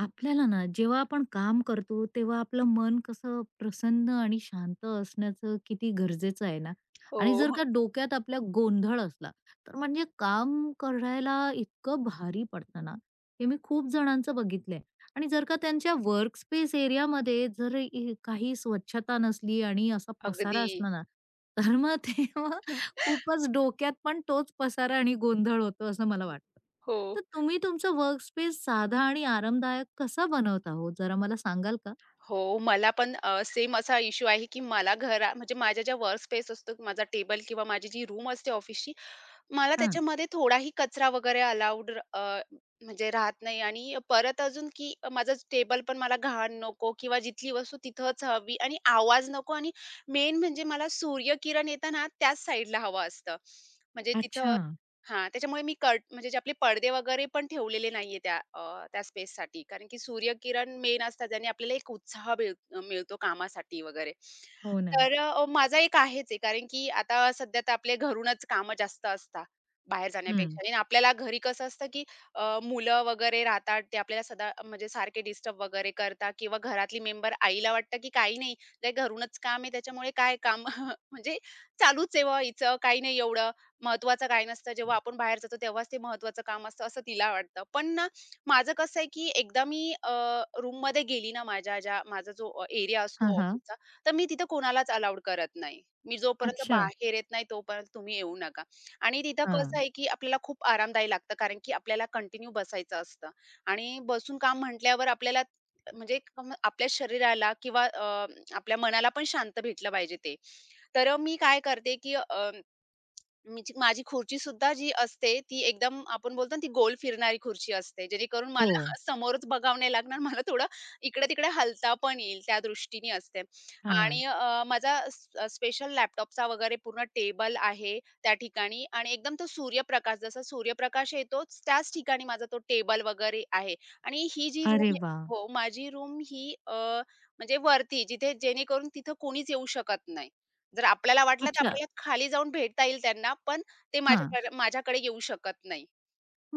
आपल्याला ना जेव्हा आपण काम करतो तेव्हा आपलं मन कसं प्रसन्न आणि शांत असण्याचं किती गरजेचं आहे ना आणि जर हो, का डोक्यात आपल्या गोंधळ असला तर म्हणजे काम करायला इतकं भारी पडतं ना हे मी खूप जणांचं बघितलंय आणि जर का त्यांच्या वर्क स्पेस एरियामध्ये जर काही स्वच्छता नसली आणि असा पसारा अगदी. असला ना तर मग तेव्हा हं, खूपच डोक्यात पण तोच पसारा आणि गोंधळ होतो असं मला वाटतं. हो, तर तुम्ही तुमचा वर्कस्पेस साधा आणि आरामदायक कसा बनवता हो? जरा मला सांगाल का? मला पण सेम असा इश्यू आहे, की मला घरा म्हणजे माझ्या ज्या वर्क स्पेस असतो, माझा टेबल किंवा माझी जी रूम असते ऑफिसची, मला हां. त्याच्यामध्ये थोडाही कचरा वगैरे अलाउड म्हणजे राहत नाही आणि परत अजून, की माझा टेबल पण मला घाण नको किंवा जिथली वस्तू तिथंच हवी आणि आवाज नको आणि मेन म्हणजे मला सूर्यकिरण येताना त्याच साईडला हवं असतं. म्हणजे तिथं अच्छा. हां, त्याच्यामुळे मी कट म्हणजे जे आपले पडदे वगैरे पण ठेवलेले नाहीये त्या स्पेससाठी. कारण की सूर्यकिरण मेन असतात ज्याने आपल्याला एक उत्साह मिळतो कामासाठी वगैरे. हो ना. माझा एक आहेच आहे. कारण की आता सध्या तर आपले घरूनच कामं जास्त असतात बाहेर हं. जाण्यापेक्षा. आणि आपल्याला घरी कसं असतं की मुलं वगैरे राहतात, ते आपल्याला सदा म्हणजे सारखे डिस्टर्ब वगैरे करतात किंवा घरातली मेंबर आईला वाटतं की काही नाही, ते घरूनच काम आहे त्याच्यामुळे काय काम म्हणजे चालूच आहे बुवा हिचं, काही नाही एवढं. महत्त्वाचं काही नसतं. जेव्हा आपण बाहेर जातो तेव्हाच ते महत्त्वाचं काम असतं, असं तिला वाटतं. पण ना, माझं कसं आहे, की एकदा मी रूममध्ये गेली ना माझ्या ज्या एरिया हां, असतो हां. ऑफिसचा, तर मी तिथं कोणालाच अलाऊड करत नाही. मी जोपर्यंत अच्छा. बाहेर येत नाही, तोपर्यंत तुम्ही येऊ नका. आणि तिथं कसं हां. आहे, की आपल्याला खूप आरामदायी लागतं, कारण की आपल्याला कंटिन्यू बसायचं असतं आणि बसून काम म्हटल्यावर आपल्याला म्हणजे आपल्या शरीराला किंवा आपल्या मनाला पण शांत भेटलं पाहिजे ते. तर मी काय करते, की माझी खुर्ची सुद्धा जी असते, ती एकदम आपण बोलतो ना, ती गोल फिरणारी खुर्ची असते. जेणेकरून हो. मला समोरच बघावं नाही लागणार. मला थोडं इकडे-तिकडे हलता पण येईल, त्या दृष्टीने असते. हां. आणि माझा स्पेशल लॅपटॉपचा वगैरे पूर्ण टेबल आहे त्या ठिकाणी आणि एकदम तो सूर्यप्रकाश, जसा सूर्यप्रकाश येतो, त्याच ठिकाणी माझा तो टेबल वगैरे आहे. आणि ही जी अरे रूम वाह! हो, माझी रूम म्हणजे वरती, जिथे जेणेकरून तिथं कोणीच येऊ शकत नाही. जर आपल्याला वाटलं तर अच्छा. आपल्याला खाली जाऊन भेटता येईल त्यांना, पण ते हां. माझ्याकडे माझ्याकडे येऊ शकत नाही.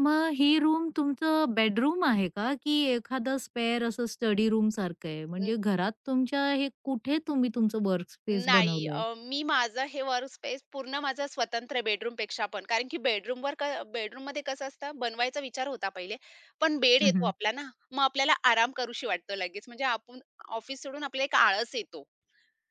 मग ही रूम तुमचं बेडरूम आहे का? की एखादं स्पेअर असं स्टडी रूम सारखं आहे? न म्हणजे घरात तुमच्या हे कुठे तुम्ही तुमचं वर्कस्पेस नाही. बनवलंय? मी माझं हे वर्कस्पेस पूर्ण माझं स्वतंत्र बेडरूमपेक्षा पण कारण की बेडरूमवर बेडरूममध्ये कसं असतं बनवायचा विचार होता पहिले, पण बेड हं, येतो हं. आपला ना, मग आपल्याला आराम करूशी वाटतो लगेच. म्हणजे आपण ऑफिस सोडून आपल्याला एक आळस येतो.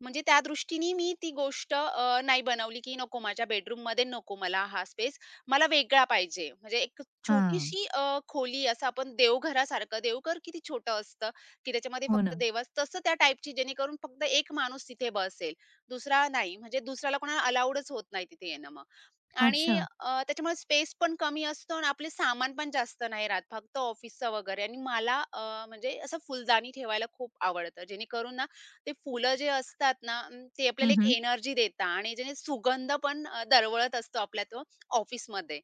म्हणजे त्या दृष्टीने मी ती गोष्ट नाही बनवली, की नको माझ्या बेडरूममध्ये नको मला हा स्पेस. मला वेगळा पाहिजे. म्हणजे एक छोटीशी खोली असं आपण देवघरासारखं देवघर किती छोटं असतं, की त्याच्यामध्ये हो फक्त ना. देवाच तसं त्या टाईपची जेणेकरून फक्त एक माणूस तिथे बसेल. दुसरा नाही. म्हणजे दुसऱ्याला कोणाला अलाऊडच होत नाही तिथे येणं मग. आणि अच्छा. अ, त्याच्यामुळे स्पेस पण कमी असतो आणि आपले सामान पण जास्त नाही राहत. फक्त ऑफिसचं वगैरे आणि मला म्हणजे असं फुलदाणी ठेवायला खूप आवडतं. जेणेकरून ना ते फुलं जे असतात ना, ते आपल्याला एक एनर्जी देतात आणि ज्याने सुगंध पण दरवळत असतो आपल्या तो ऑफिसमध्ये.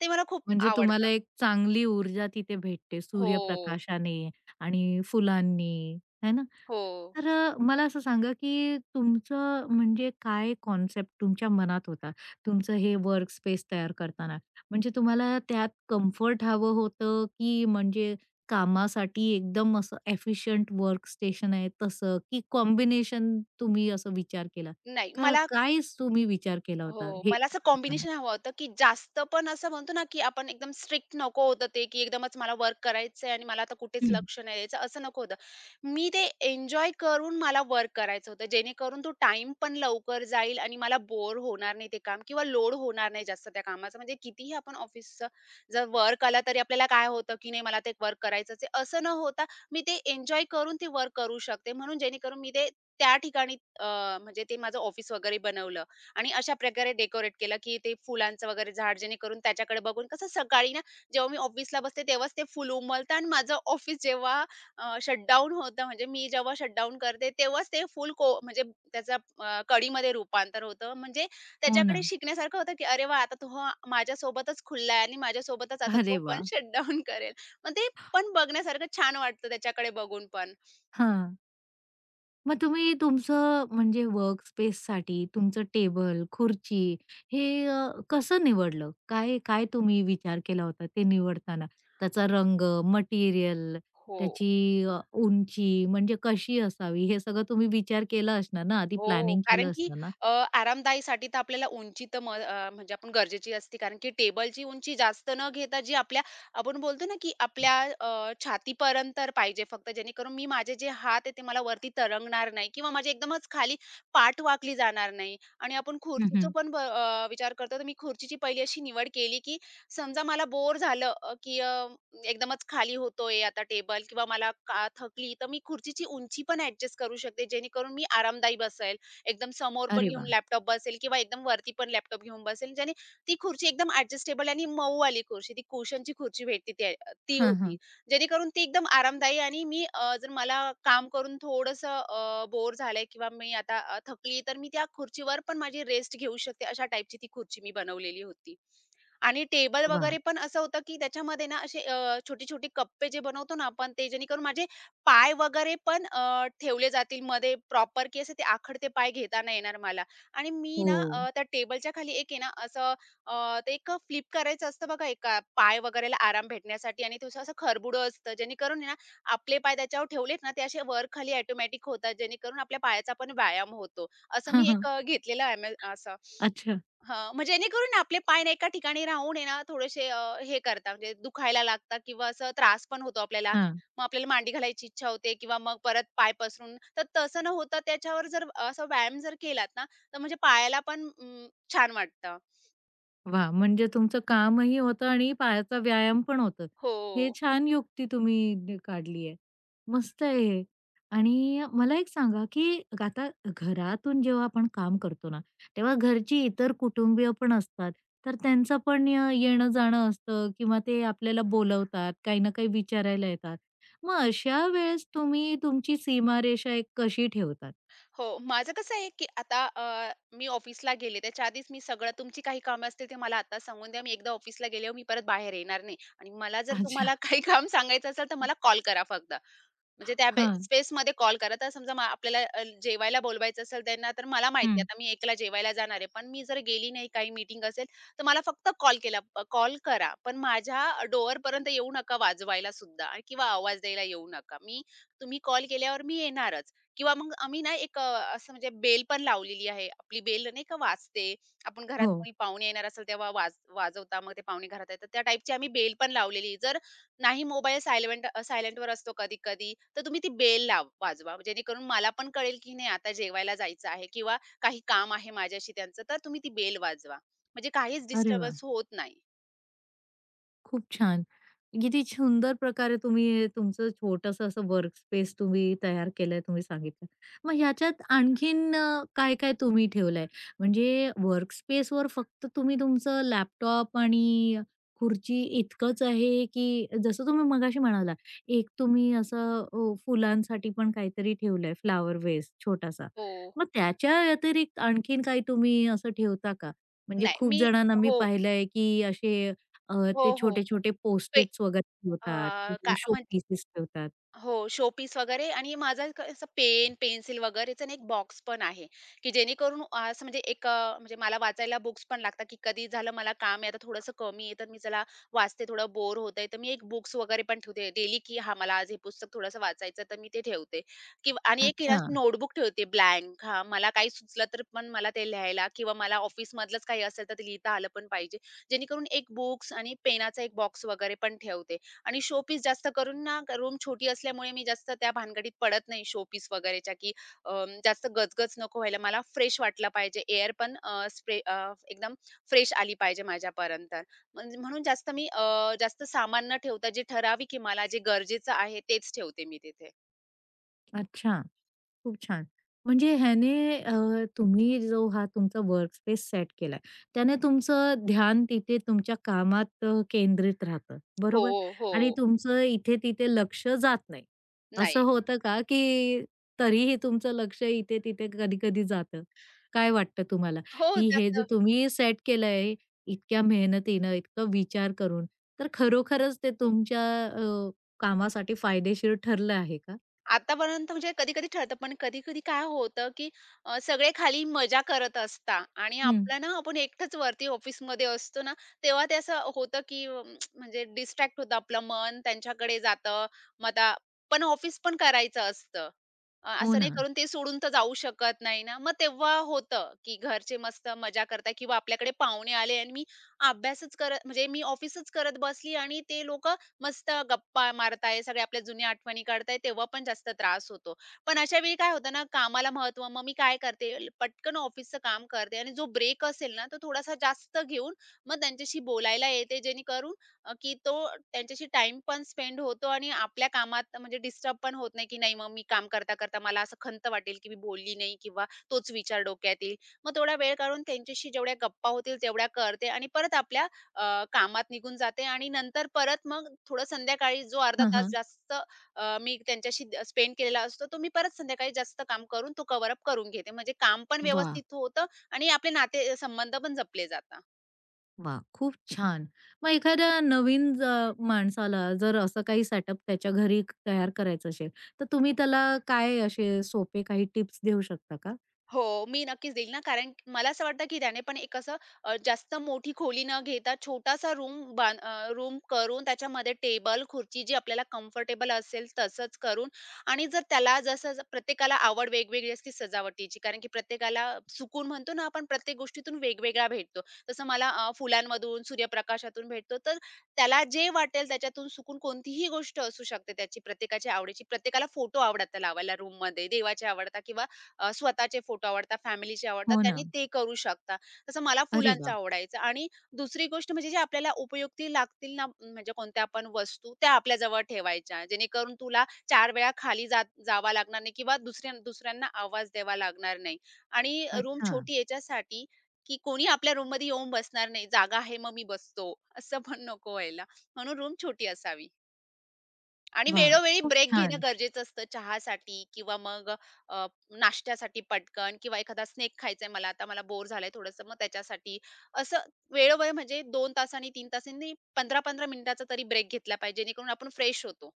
ते मला खूप म्हणजे आवडतं. तुम्हाला एक चांगली ऊर्जा तिथे भेटते हो, सूर्यप्रकाशाने आणि फुलांनी, है ना? हो. तर मला असं सांगा, की तुमचं म्हणजे काय कॉन्सेप्ट तुमच्या मनात होता? तुमचं हे वर्क स्पेस तयार करताना. म्हणजे तुम्हाला त्यात कम्फर्ट हवं होतं, की म्हणजे कामासाठी एकदम असं एफिशियंट वर्क स्टेशन आहे तसं, की कॉम्बिनेशन तुम्ही असं विचार केला? नाही, का काय तुम्ही विचार केला होता हो, हे मला असं बनवताना? कॉम्बिनेशन हवं होतं, की जास्त पण असं म्हणतो ना, की आपण एकदम स्ट्रिक्ट नको होतं ते, की एकदमच मला वर्क करायचंय आणि मला आता कुठेच हं. लक्ष नाही द्यायचं, असं नको होतं. मी ते एन्जॉय करून मला वर्क करायचं होतं, जेणेकरून तो टाईम पण लवकर जाईल आणि मला बोर होणार नाही ते काम किंवा लोड होणार नाही जास्त त्या कामाचा. म्हणजे कितीही आपण ऑफिसचं जर वर्क आला, तरी आपल्याला काय होतं, की नाही मला ते वर्क करायचंच आहे, असं न होता मी ते एन्जॉय करून ते वर्क करू शकते. म्हणून जेणेकरून मी ते त्या ठिकाणी म्हणजे ते माझं ऑफिस वगैरे बनवलं. आणि अशा प्रकारे डेकोरेट केलं, की ते फुलांचं वगैरे झाड जेणेकरून त्याच्याकडे बघून कसं सकाळी ना, जेव्हा मी ऑफिसला बसते तेव्हाच ते फुल उमलतं आणि माझं ऑफिस जेव्हा शटडाऊन होतं म्हणजे मी जेव्हा शटडाऊन करते तेव्हाच ते फुल म्हणजे त्याचा कळीमध्ये रूपांतर होतं. म्हणजे हो ना. त्याच्याकडे शिकण्यासारखं होतं, की अरे वाह! आता तो हा माझ्यासोबतच खुलला आणि माझ्यासोबतच आता अरे तो पण वाह! शटडाऊन करेल. मग ते पण बघण्यासारखं छान वाटतं त्याच्याकडे बघून पण. हां. मग तुम्ही तुमचं म्हणजे वर्क स्पेससाठी तुमचं टेबल, खुर्ची हे कसं निवडलं? काय काय तुम्ही विचार केला होता ते निवडताना? त्याचा रंग, मटेरियल, हो. त्याची अ, उंची म्हणजे कशी असावी हे सगळं तुम्ही विचार केला असणार ना, आधी हो, प्लॅनिंग कारण केलं की असणार ना? अ, आरामदायीसाठी तर आपल्याला उंची तर म्हणजे आपण गरजेची असते. कारण की टेबलची उंची जास्त न घेता जी आपल्या आपण बोलतो ना, की आपल्या छातीपर्यंत तर पाहिजे फक्त जेणेकरून मी माझे जे हात आहे ते मला वरती तरंगणार नाही किंवा माझी एकदमच खाली पाठ वाकली जाणार नाही आणि आपण हं, खुर्चीचं हं. पण विचार करतो, तर मी खुर्चीची पहिली अशी निवड केली, की समजा मला बोर झालं, की एकदमच खाली होतोय आता टेबल किंवा मला का थकली तर मी खुर्चीची उंची पण ऍडजस्ट करू शकते जेणेकरून मी आरामदायी बसेल एकदम समोर पण अरे घेऊन वाह! लॅपटॉप बसेल किंवा एकदम वरती पण लॅपटॉप घेऊन बसेल ज्याने ती खुर्ची एकदम ऍडजस्टेबल आणि मऊ वाली खुर्ची ती कुशनची खुर्ची भेटते ती ती हां, होती हां. जेणेकरून ती एकदम आरामदायी आणि मी जर मला काम करून थोडस बोर झालंय किंवा मी आता थकली तर मी त्या खुर्चीवर पण माझी रेस्ट घेऊ शकते अशा टाईपची ती खुर्ची मी बनवलेली होती आणि टेबल वाह! वगैरे पण असं होतं, की त्याच्यामध्ये ना असे छोटी-छोटी कप्पे जे बनवतो ना आपण, ते जेणेकरून माझे पाय वगैरे पण ठेवले जातील मध्ये प्रॉपर, की असे ते आखडते पाय घेता नाही येणार मला. आणि मी ना हो. अ, त्या टेबलच्या खाली एक आहे ना असं ते एक फ्लिप करायचं असतं बघा, एका पाय वगैरेला आराम भेटण्यासाठी आणि तसं असं खरबुडं असतं, जेणेकरून आहे ना आपले पाय त्याच्यावर ठेवलेत ना, ते असे वर खाली ऑटोमॅटिक होतात, जेणेकरून आपल्या पायाचा पण व्यायाम होतो. असं हां, मी एक हां. अ, घेतलेलं आहे. असं. अच्छा. हां, म्हणजे जेणेकरून ना आपले पाय ना एका ठिकाणी राहून आहे ना थोडेसे हे करतात म्हणजे दुखायला लागतात किंवा असं त्रास पण होतो आपल्याला. हां. मग आपल्याला मांडी घालायची इच्छा होते किंवा मग परत पाय पसरून तर तसं न होता त्याच्यावर जर असा व्यायाम जर केलात ना, तर म्हणजे पायाला पण छान वाटतं. वाह! म्हणजे तुमचं कामही होतं आणि पायाचा व्यायाम पण होतं. हो. हे छान युक्ती तुम्ही काढली आहे. मस्त आहे हे. आणि मला एक सांगा, की आता घरातून जेव्हा आपण काम करतो ना, तेव्हा घरची इतर कुटुंबीय पण असतात. तर त्यांचं पण येणं-जाणं असतं किंवा ते आपल्याला बोलवतात, काही ना काही विचारायला येतात. मग अशा वेळेस तुम्ही तुमची सीमारेषा एक कशी ठेवतात? हो, माझं कसं आहे की आता मी ऑफिसला गेले त्याच्या आधीच मी सगळं तुमची काही कामं असतील ते मला आता सांगून द्या. मी एकदा ऑफिसला गेल्यावर मी परत बाहेर येणार नाही आणि मला जर अच्छा. तुम्हाला काही काम सांगायचं असेल तर मला कॉल करा फक्त. म्हणजे त्या हां. स्पेसमध्ये कॉल करा. तर समजा आपल्याला जेवायला बोलवायचं असेल त्यांना, तर मला माहिती हं. आहे आता मी एकला जेवायला जाणार आहे. पण मी जर गेली नाही, काही मीटिंग असेल, तर मला फक्त कॉल करा. पण माझ्या डोअरपर्यंत येऊ नका वाजवायला सुद्धा आणि किंवा आवाज द्यायला येऊ नका. तुम्ही कॉल केल्यावर मी येणारच किंवा मग आम्ही ना असं म्हणजे बेल पण लावलेली आहे. आपली बेल नाही का वाजते. आपण घरात हो. कोणी पाहुणे येणार असेल तेव्हा वाजवता. मग ते पाहुणे घरात येतात. त्या टाईपची आम्ही बेल पण लावलेली. जर नाही मोबाईल सायलेंटवर असतो कधी-कधी, तर तुम्ही ती बेल वाजवा जेणेकरून मला पण कळेल, की नाही आता जेवायला जायचं आहे किंवा काही काम आहे माझ्याशी त्यांचं, तर तुम्ही ती बेल वाजवा. म्हणजे काहीच अरे वाह! डिस्टर्बन्स होत नाही. खूप छान. किती सुंदर प्रकारे तुम्ही हे तुमचं छोटंसं असं वर्क स्पेस तुम्ही तयार केलंय, तुम्ही सांगितलं. मग ह्याच्यात आणखीन काय-काय तुम्ही ठेवलंय? म्हणजे वर्क स्पेसवर फक्त तुम्ही तुमचं लॅपटॉप आणि खुर्ची इतकंच आहे, की जसं तुम्ही मगाशी म्हणाला, एक तुम्ही असं फुलांसाठी पण काहीतरी ठेवलंय फ्लॉवर वेस छोटासा. हो. मग त्याच्या व्यतिरिक्त आणखीन काही तुम्ही असं ठेवता का? म्हणजे नाही खूप मी जणांना मी हो. पाहिलंय, की असे अ, ते हो, हो. छोटे-छोटे पे पोस्ट-इट्स वगैरे अ, ठेवतात किंवा का शो म्हण पीसेस ठेवतात. हो, शोपीस वगैरे आणि माझा एक असं पेन, पेन्सिल वगैरेचा ना एक बॉक्स पण आहे, की जेणेकरून अ, असं म्हणजे एक अ, म्हणजे मला वाचायला बुक्स पण लागतात, की कधी झालं मला काम आहे आता थोडंसं कमी आहे, तर मी चला वाचते, थोडं बोर होतंय, तर मी एक बुक्स वगैरे पण ठेवते डेली, की हा मला आज हे पुस्तक थोडंसं वाचायचं तर मी ते ठेवते किंवा आणि एक अच्छा, नोटबुक ठेवते ब्लँक. हां, मला काही सुचलं तर पण मला ते लिहायला किंवा मला ऑफिसमधलंच काही असेल तर ते लिहिता आलं पण पाहिजे. जेणेकरून एक बुक्स आणि पेनाचा एक बॉक्स वगैरे पण ठेवते. आणि शोपीस जास्त करून ना रूम छोटी असल्यामुळे मी जास्त त्या भानगडीत पडत नाही शोपीस वगैरेच्या, की जास्त गजगज नको व्हायला. मला फ्रेश वाटलं पाहिजे. एअर पण स्प्रे एकदम फ्रेश आली पाहिजे माझ्यापर्यंत. म्हणून जास्त मी जास्त सामान न ठेवता जे ठराविक आहे मला जे गरजेचं आहे तेच ठेवते मी तिथे. अच्छा. खूप छान. म्हणजे ह्याने अ, तुम्ही जो हा तुमचा वर्कस्पेस सेट केलाय, त्याने तुमचं ध्यान तिथे तुमच्या कामात केंद्रित राहतं, बरोबर? हो. आणि तुमचं इथे-तिथे लक्ष जात नाही. असं नाही. होतं का, की तरीही तुमचं लक्ष इथे-तिथे कधी-कधी जातं? काय वाटतं तुम्हाला, हो, की हे जे जास्त तुम्ही सेट केलंय इतक्या मेहनतीनं, इतकं विचार करून, तर खरोखरच ते तुमच्या कामासाठी फायदेशीर ठरलं आहे का? आतापर्यंत म्हणजे कधी-कधी ठरतं, पण कधी-कधी काय होतं, की सगळे खाली मजा करत असतात आणि हं. आपला ना आपण एकटंच वरती ऑफिसमध्ये असतो ना, तेव्हा ते असं होतं, की म्हणजे डिस्ट्रॅक्ट होतं आपलं मन त्यांच्याकडे जातं. मग आता पण ऑफिस पण करायचं असतं. हो असं नाही ना. करून ते सोडून तर जाऊ शकत नाही ना. मग तेव्हा होतं, की घरचे मस्त मजा करताय किंवा आपल्याकडे पाहुणे आले आणि मी अभ्यासच करत म्हणजे मी ऑफिसच करत बसली आणि ते लोकं मस्त गप्पा मारताय, सगळ्या आपल्या जुन्या आठवणी काढताय, तेव्हा पण जास्त त्रास होतो. पण अशा वेळी काय होतं ना, कामाला महत्त्व मग मी काय करते, पटकन ऑफिसचं काम करते आणि जो ब्रेक असेल ना, तो थोडासा जास्त घेऊन मग त्यांच्याशी बोलायला येते, जेणेकरून अ, की तो त्यांच्याशी टाईम पण स्पेंड होतो आणि आपल्या कामात म्हणजे डिस्टर्ब पण होत नाही, की नाही मग मी काम करता, करता मला असं खंत वाटेल, की मी बोलली नाही किंवा तोच विचार डोक्यात येईल. मग थोडा वेळ काढून त्यांच्याशी जेवढ्या गप्पा होतील तेवढ्या करते आणि परत आपल्या कामात निघून जाते आणि नंतर परत मग थोडं संध्याकाळी जो अर्धा हं, तास हं. जास्त मी त्यांच्याशी स्पेंड केलेला असतो तो मी परत संध्याकाळी जास्त काम करून तो कव्हर अप करून घेते म्हणजे काम पण वा, व्यवस्थित होतं आणि आपले नाते संबंध पण जपले जातात वा, खूप छान. मग एखाद्या नवीन माणसाला जर असं काही सेटअप त्याच्या घरी तयार करायचं असेल, तर तुम्ही त्याला काय असे सोपे काही टिप्स देऊ शकता का? हो, मी नक्कीच देईल ना, कारण मला असं वाटतं की त्याने पण एक असं जास्त मोठी खोली न घेता छोटासा रूम करून त्याच्यामध्ये टेबल, खुर्ची जी आपल्याला कम्फर्टेबल असेल तसंच करून आणि जर त्याला जसं प्रत्येकाला आवड वेगवेगळी असते सजावटीची, कारण की प्रत्येकाला सुकून म्हणतो ना आपण प्रत्येक गोष्टीतून वेगवेगळा भेटतो. जसं मला फुलांमधून, सूर्यप्रकाशातून भेटतो, तर त्याला जे वाटेल त्याच्यातून सुकून कोणतीही गोष्ट असू शकते त्याची, प्रत्येकाच्या आवडीची. प्रत्येकाला फोटो आवडतात लावायला रूममध्ये, देवाचे आवडतात किंवा स्वतःचे फोटो आवडतात, फॅमिलीचे आवडतात, हो ना. त्यांनी ते करू शकता. तसं मला अरे फुलांचं वा, आवडायचं आणि दुसरी गोष्ट म्हणजे जे आपल्याला उपयुक्ती लागतील ना, म्हणजे कोणत्या पण वस्तू त्या आपल्या जवळ ठेवायच्या. जेणेकरून तुला चार वेळा खाली जात जावं लागणार नाही किंवा दुसऱ्यांना आवाज द्यावा लागणार नाही आणि रूम अच्छा. छोटी याच्यासाठी, की कोणी आपल्या रूममध्ये येऊन बसणार नाही. जागा आहे, मग मी बसतो, असं पण नको व्हायला. म्हणून रूम छोटी असावी. आणि वाह! वेळोवेळी खूप ब्रेक घेणं छान. गरजेचं असतं चहासाठी किंवा मग अ, नाश्त्यासाठी पटकन किंवा एखादा स्नॅक खायचा आहे मला, आता मला बोर झालंय थोडंसं, मग त्याच्यासाठी. असं वेळोवेळी म्हणजे 2 तासांनी, 3 तासांनी, 15-15 मिनिटाचा तरी ब्रेक घेतला पाहिजे, जेणेकरून आपण फ्रेश होतो.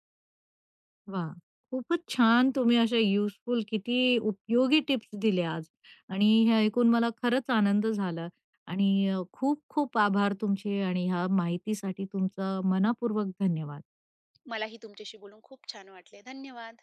वाह! खूपच छान तुम्ही अशा युजफुल किती उपयोगी टिप्स दिल्या आज आणि हे ऐकून मला खरंच आनंद झाला आणि खूप खूप आभार तुमचे आणि ह्या माहितीसाठी तुमचा मनःपूर्वक धन्यवाद. मलाही तुमच्याशी बोलून खूप छान वाटले. धन्यवाद.